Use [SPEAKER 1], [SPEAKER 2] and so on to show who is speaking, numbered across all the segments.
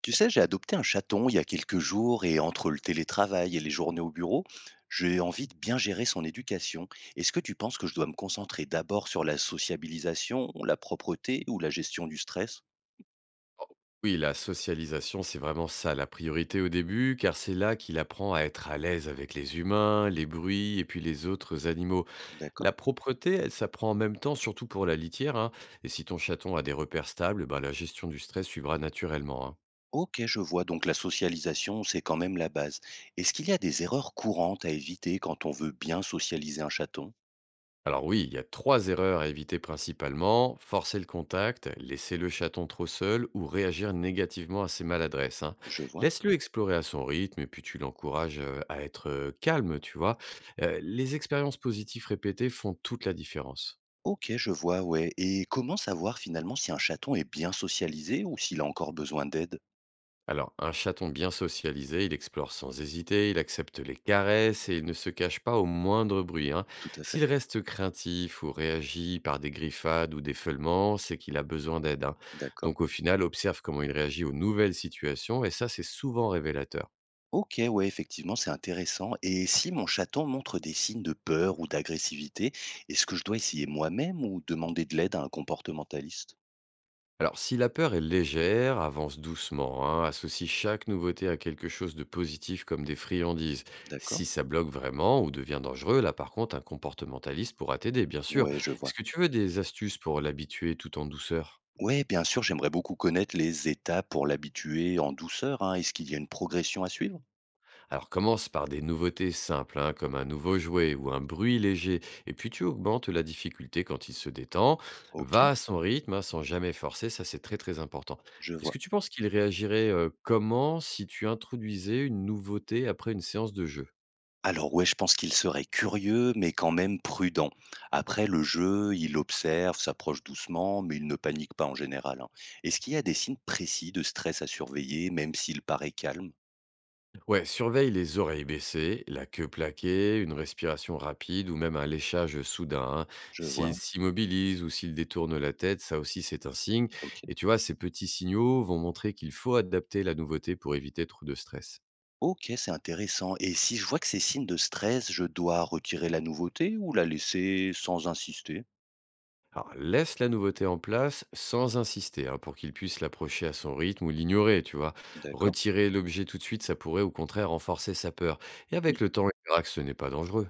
[SPEAKER 1] Tu sais, j'ai adopté un chaton il y a quelques jours et entre le télétravail et les journées au bureau, j'ai envie de bien gérer son éducation. Est-ce que tu penses que je dois me concentrer d'abord sur la sociabilisation, la propreté ou la gestion du stress?
[SPEAKER 2] Oh, Oui, la socialisation, c'est vraiment ça la priorité au début, car c'est là qu'il apprend à être à l'aise avec les humains, les bruits et puis les autres animaux.
[SPEAKER 1] D'accord.
[SPEAKER 2] La propreté, elle s'apprend en même temps, surtout pour la litière, hein. Et si ton chaton a des repères stables, eh ben, la gestion du stress suivra naturellement, hein.
[SPEAKER 1] Ok, je vois. Donc la socialisation, c'est quand même la base. Est-ce qu'il y a des erreurs courantes à éviter quand on veut bien socialiser un chaton?
[SPEAKER 2] Alors oui, il y a trois erreurs à éviter principalement. Forcer le contact, laisser le chaton trop seul ou réagir négativement à ses maladresses, hein.
[SPEAKER 1] Je vois.
[SPEAKER 2] Laisse-le explorer à son rythme et puis tu l'encourages à être calme, tu vois. Les expériences positives répétées font toute la différence.
[SPEAKER 1] Ok, je vois, ouais. Et comment savoir finalement si un chaton est bien socialisé ou s'il a encore besoin d'aide?
[SPEAKER 2] Alors, un chaton bien socialisé, il explore sans hésiter, il accepte les caresses et il ne se cache pas au moindre bruit, hein.
[SPEAKER 1] Tout à fait.
[SPEAKER 2] S'il reste craintif ou réagit par des griffades ou des feulements, c'est qu'il a besoin d'aide, hein.
[SPEAKER 1] D'accord.
[SPEAKER 2] Donc, au final, observe comment il réagit aux nouvelles situations et ça, c'est souvent révélateur.
[SPEAKER 1] Ok, ouais, effectivement, c'est intéressant. Et si mon chaton montre des signes de peur ou d'agressivité, est-ce que je dois essayer moi-même ou demander de l'aide à un comportementaliste?
[SPEAKER 2] Alors, si la peur est légère, avance doucement, hein, associe chaque nouveauté à quelque chose de positif comme des friandises.
[SPEAKER 1] D'accord.
[SPEAKER 2] Si ça bloque vraiment ou devient dangereux, là par contre, un comportementaliste pourra t'aider, bien sûr.
[SPEAKER 1] Ouais, je
[SPEAKER 2] Est-ce
[SPEAKER 1] vois.
[SPEAKER 2] que tu veux des astuces pour l'habituer tout en douceur?
[SPEAKER 1] Ouais, bien sûr, j'aimerais beaucoup connaître les étapes pour l'habituer en douceur, hein. Est-ce qu'il y a une progression à suivre?
[SPEAKER 2] Alors commence par des nouveautés simples, hein, comme un nouveau jouet ou un bruit léger, et puis tu augmentes la difficulté quand il se détend.
[SPEAKER 1] Ok,
[SPEAKER 2] Va à son rythme, hein, sans jamais forcer, ça c'est très très important.
[SPEAKER 1] je
[SPEAKER 2] Est-ce
[SPEAKER 1] vois.
[SPEAKER 2] que tu penses qu'il réagirait comment si tu introduisais une nouveauté après une séance de jeu?
[SPEAKER 1] Alors ouais, je pense qu'il serait curieux, mais quand même prudent. Après le jeu, il observe, s'approche doucement, mais il ne panique pas en général, hein. Est-ce qu'il y a des signes précis de stress à surveiller, même s'il paraît calme?
[SPEAKER 2] Ouais, surveille les oreilles baissées, la queue plaquée, une respiration rapide ou même un léchage soudain, hein.
[SPEAKER 1] Je
[SPEAKER 2] S'il
[SPEAKER 1] vois.
[SPEAKER 2] s'immobilise ou s'il détourne la tête, ça aussi c'est un signe.
[SPEAKER 1] Ok.
[SPEAKER 2] Et tu vois, ces petits signaux vont montrer qu'il faut adapter la nouveauté pour éviter trop de stress.
[SPEAKER 1] Ok, c'est intéressant. Et si je vois que ces signes de stress, je dois retirer la nouveauté ou la laisser sans insister?
[SPEAKER 2] Alors, laisse la nouveauté en place sans insister, hein, pour qu'il puisse l'approcher à son rythme ou l'ignorer, tu vois.
[SPEAKER 1] D'accord.
[SPEAKER 2] Retirer l'objet tout de suite, ça pourrait au contraire renforcer sa peur. Et
[SPEAKER 1] Oui.
[SPEAKER 2] avec le temps, il verra que ce n'est pas dangereux.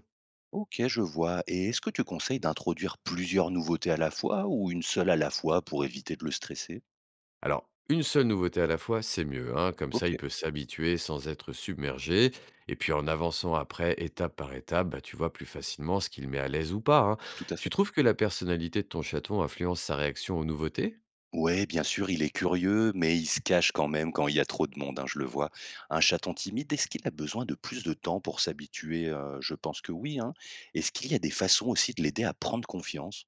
[SPEAKER 1] Ok, je vois. Et est-ce que tu conseilles d'introduire plusieurs nouveautés à la fois ou une seule à la fois pour éviter de le stresser?
[SPEAKER 2] Alors, une seule nouveauté à la fois, c'est mieux, hein, comme ça
[SPEAKER 1] Ok,
[SPEAKER 2] il peut s'habituer sans être submergé, et puis en avançant après, étape par étape, bah, tu vois plus facilement ce qu'il met à l'aise ou pas, hein.
[SPEAKER 1] tout à
[SPEAKER 2] Tu
[SPEAKER 1] fait.
[SPEAKER 2] trouves que la personnalité de ton chaton influence sa réaction aux nouveautés?
[SPEAKER 1] Ouais, bien sûr, il est curieux, mais il se cache quand même quand il y a trop de monde, hein, je le vois. Un chaton timide, est-ce qu'il a besoin de plus de temps pour s'habituer? Je pense que oui, hein. Est-ce qu'il y a des façons aussi de l'aider à prendre confiance?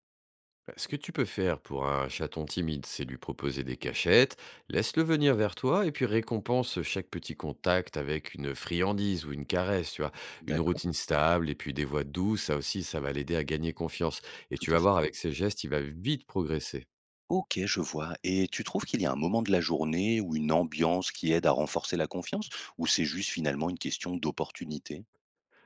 [SPEAKER 2] Bah, ce que tu peux faire pour un chaton timide, c'est lui proposer des cachettes, laisse-le venir vers toi et puis récompense chaque petit contact avec une friandise ou une caresse, tu vois, une
[SPEAKER 1] D'accord,
[SPEAKER 2] routine stable et puis des voix douces, ça aussi, ça va l'aider à gagner confiance. Et
[SPEAKER 1] tout
[SPEAKER 2] tu
[SPEAKER 1] à
[SPEAKER 2] vas
[SPEAKER 1] fait.
[SPEAKER 2] voir, avec ses gestes, il va vite progresser.
[SPEAKER 1] Ok, je vois. Et tu trouves qu'il y a un moment de la journée ou une ambiance qui aide à renforcer la confiance, ou c'est juste finalement une question d'opportunité?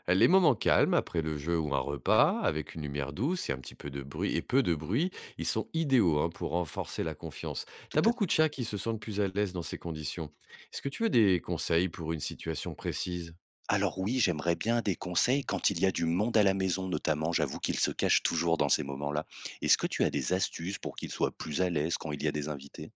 [SPEAKER 2] Les moments calmes, après le jeu ou un repas, avec une lumière douce et un petit peu de bruit, et peu de bruit, ils sont idéaux, hein, pour renforcer la confiance.
[SPEAKER 1] Tout
[SPEAKER 2] T'as
[SPEAKER 1] à
[SPEAKER 2] beaucoup de
[SPEAKER 1] fait.
[SPEAKER 2] chats qui se sentent plus à l'aise dans ces conditions. Est-ce que tu veux des conseils pour une situation précise?
[SPEAKER 1] Alors oui, j'aimerais bien des conseils quand il y a du monde à la maison notamment, j'avoue qu'il se cache toujours dans ces moments-là. Est-ce que tu as des astuces pour qu'il soit plus à l'aise quand il y a des invités?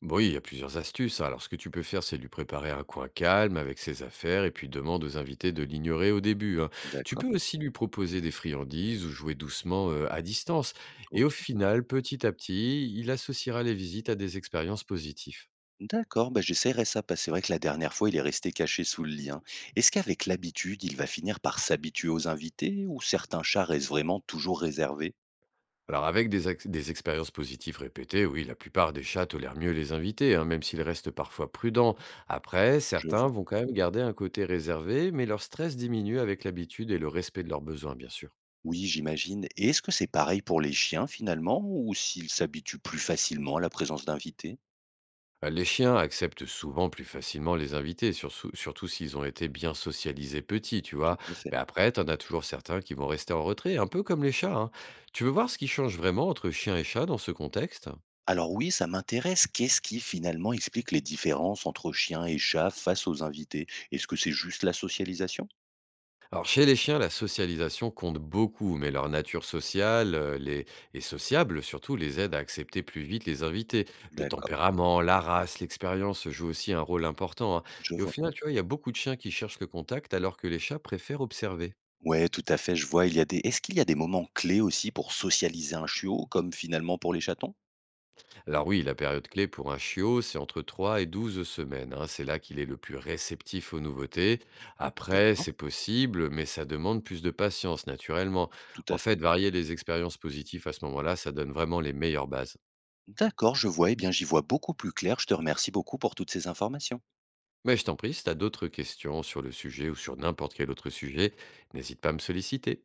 [SPEAKER 2] Bon, oui, il y a plusieurs astuces, hein. Alors, ce que tu peux faire, c'est lui préparer un coin calme avec ses affaires et puis demande aux invités de l'ignorer au début, hein. Tu peux
[SPEAKER 1] D'accord,
[SPEAKER 2] aussi lui proposer des friandises ou jouer doucement à distance. Et au
[SPEAKER 1] OK.
[SPEAKER 2] final, petit à petit, il associera les visites à des expériences positives.
[SPEAKER 1] D'accord, bah j'essaierai ça parce que c'est vrai que la dernière fois, il est resté caché sous le lit, hein. Est-ce qu'avec l'habitude, il va finir par s'habituer aux invités ou certains chats restent vraiment toujours réservés?
[SPEAKER 2] Alors, avec des expériences positives répétées, oui, la plupart des chats tolèrent mieux les invités, hein, même s'ils restent parfois prudents. Après,
[SPEAKER 1] Je
[SPEAKER 2] certains
[SPEAKER 1] vois.
[SPEAKER 2] vont quand même garder un côté réservé, mais leur stress diminue avec l'habitude et le respect de leurs besoins, bien sûr.
[SPEAKER 1] Oui, j'imagine. Et est-ce que c'est pareil pour les chiens finalement ou s'ils s'habituent plus facilement à la présence d'invités?
[SPEAKER 2] Bah, les chiens acceptent souvent plus facilement les invités, surtout s'ils ont été bien socialisés petits, tu
[SPEAKER 1] Tout
[SPEAKER 2] vois.
[SPEAKER 1] à fait.
[SPEAKER 2] Mais après, t'en as toujours certains qui vont rester en retrait, un peu comme les chats, hein. Tu veux voir ce qui change vraiment entre chien et chat dans ce contexte?
[SPEAKER 1] Alors oui, ça m'intéresse. Qu'est-ce qui finalement explique les différences entre chiens et chats face aux invités? Est-ce que c'est juste la socialisation?
[SPEAKER 2] Alors, chez les chiens, la socialisation compte beaucoup, mais leur nature sociale et sociable, surtout, les aide à accepter plus vite les invités. Le
[SPEAKER 1] D'accord,
[SPEAKER 2] tempérament, la race, l'expérience jouent aussi un rôle important, hein.
[SPEAKER 1] je
[SPEAKER 2] Et au
[SPEAKER 1] vois.
[SPEAKER 2] final, tu vois, il y a beaucoup de chiens qui cherchent le contact alors que les chats préfèrent observer.
[SPEAKER 1] Ouais, tout à fait, je vois. Il y a des... Est-ce qu'il y a des moments clés aussi pour socialiser un chiot, comme finalement pour les chatons?
[SPEAKER 2] Alors oui, la période clé pour un chiot, c'est entre 3 et 12 semaines, hein. C'est là qu'il est le plus réceptif aux nouveautés. Après,
[SPEAKER 1] D'accord,
[SPEAKER 2] c'est possible, mais ça demande plus de patience, naturellement.
[SPEAKER 1] tout à
[SPEAKER 2] En
[SPEAKER 1] fait.
[SPEAKER 2] fait, varier les expériences positives à ce moment-là, ça donne vraiment les meilleures bases.
[SPEAKER 1] D'accord, je vois. Eh bien, j'y vois beaucoup plus clair. Je te remercie beaucoup pour toutes ces informations.
[SPEAKER 2] Mais je t'en prie, si tu as d'autres questions sur le sujet ou sur n'importe quel autre sujet, n'hésite pas à me solliciter.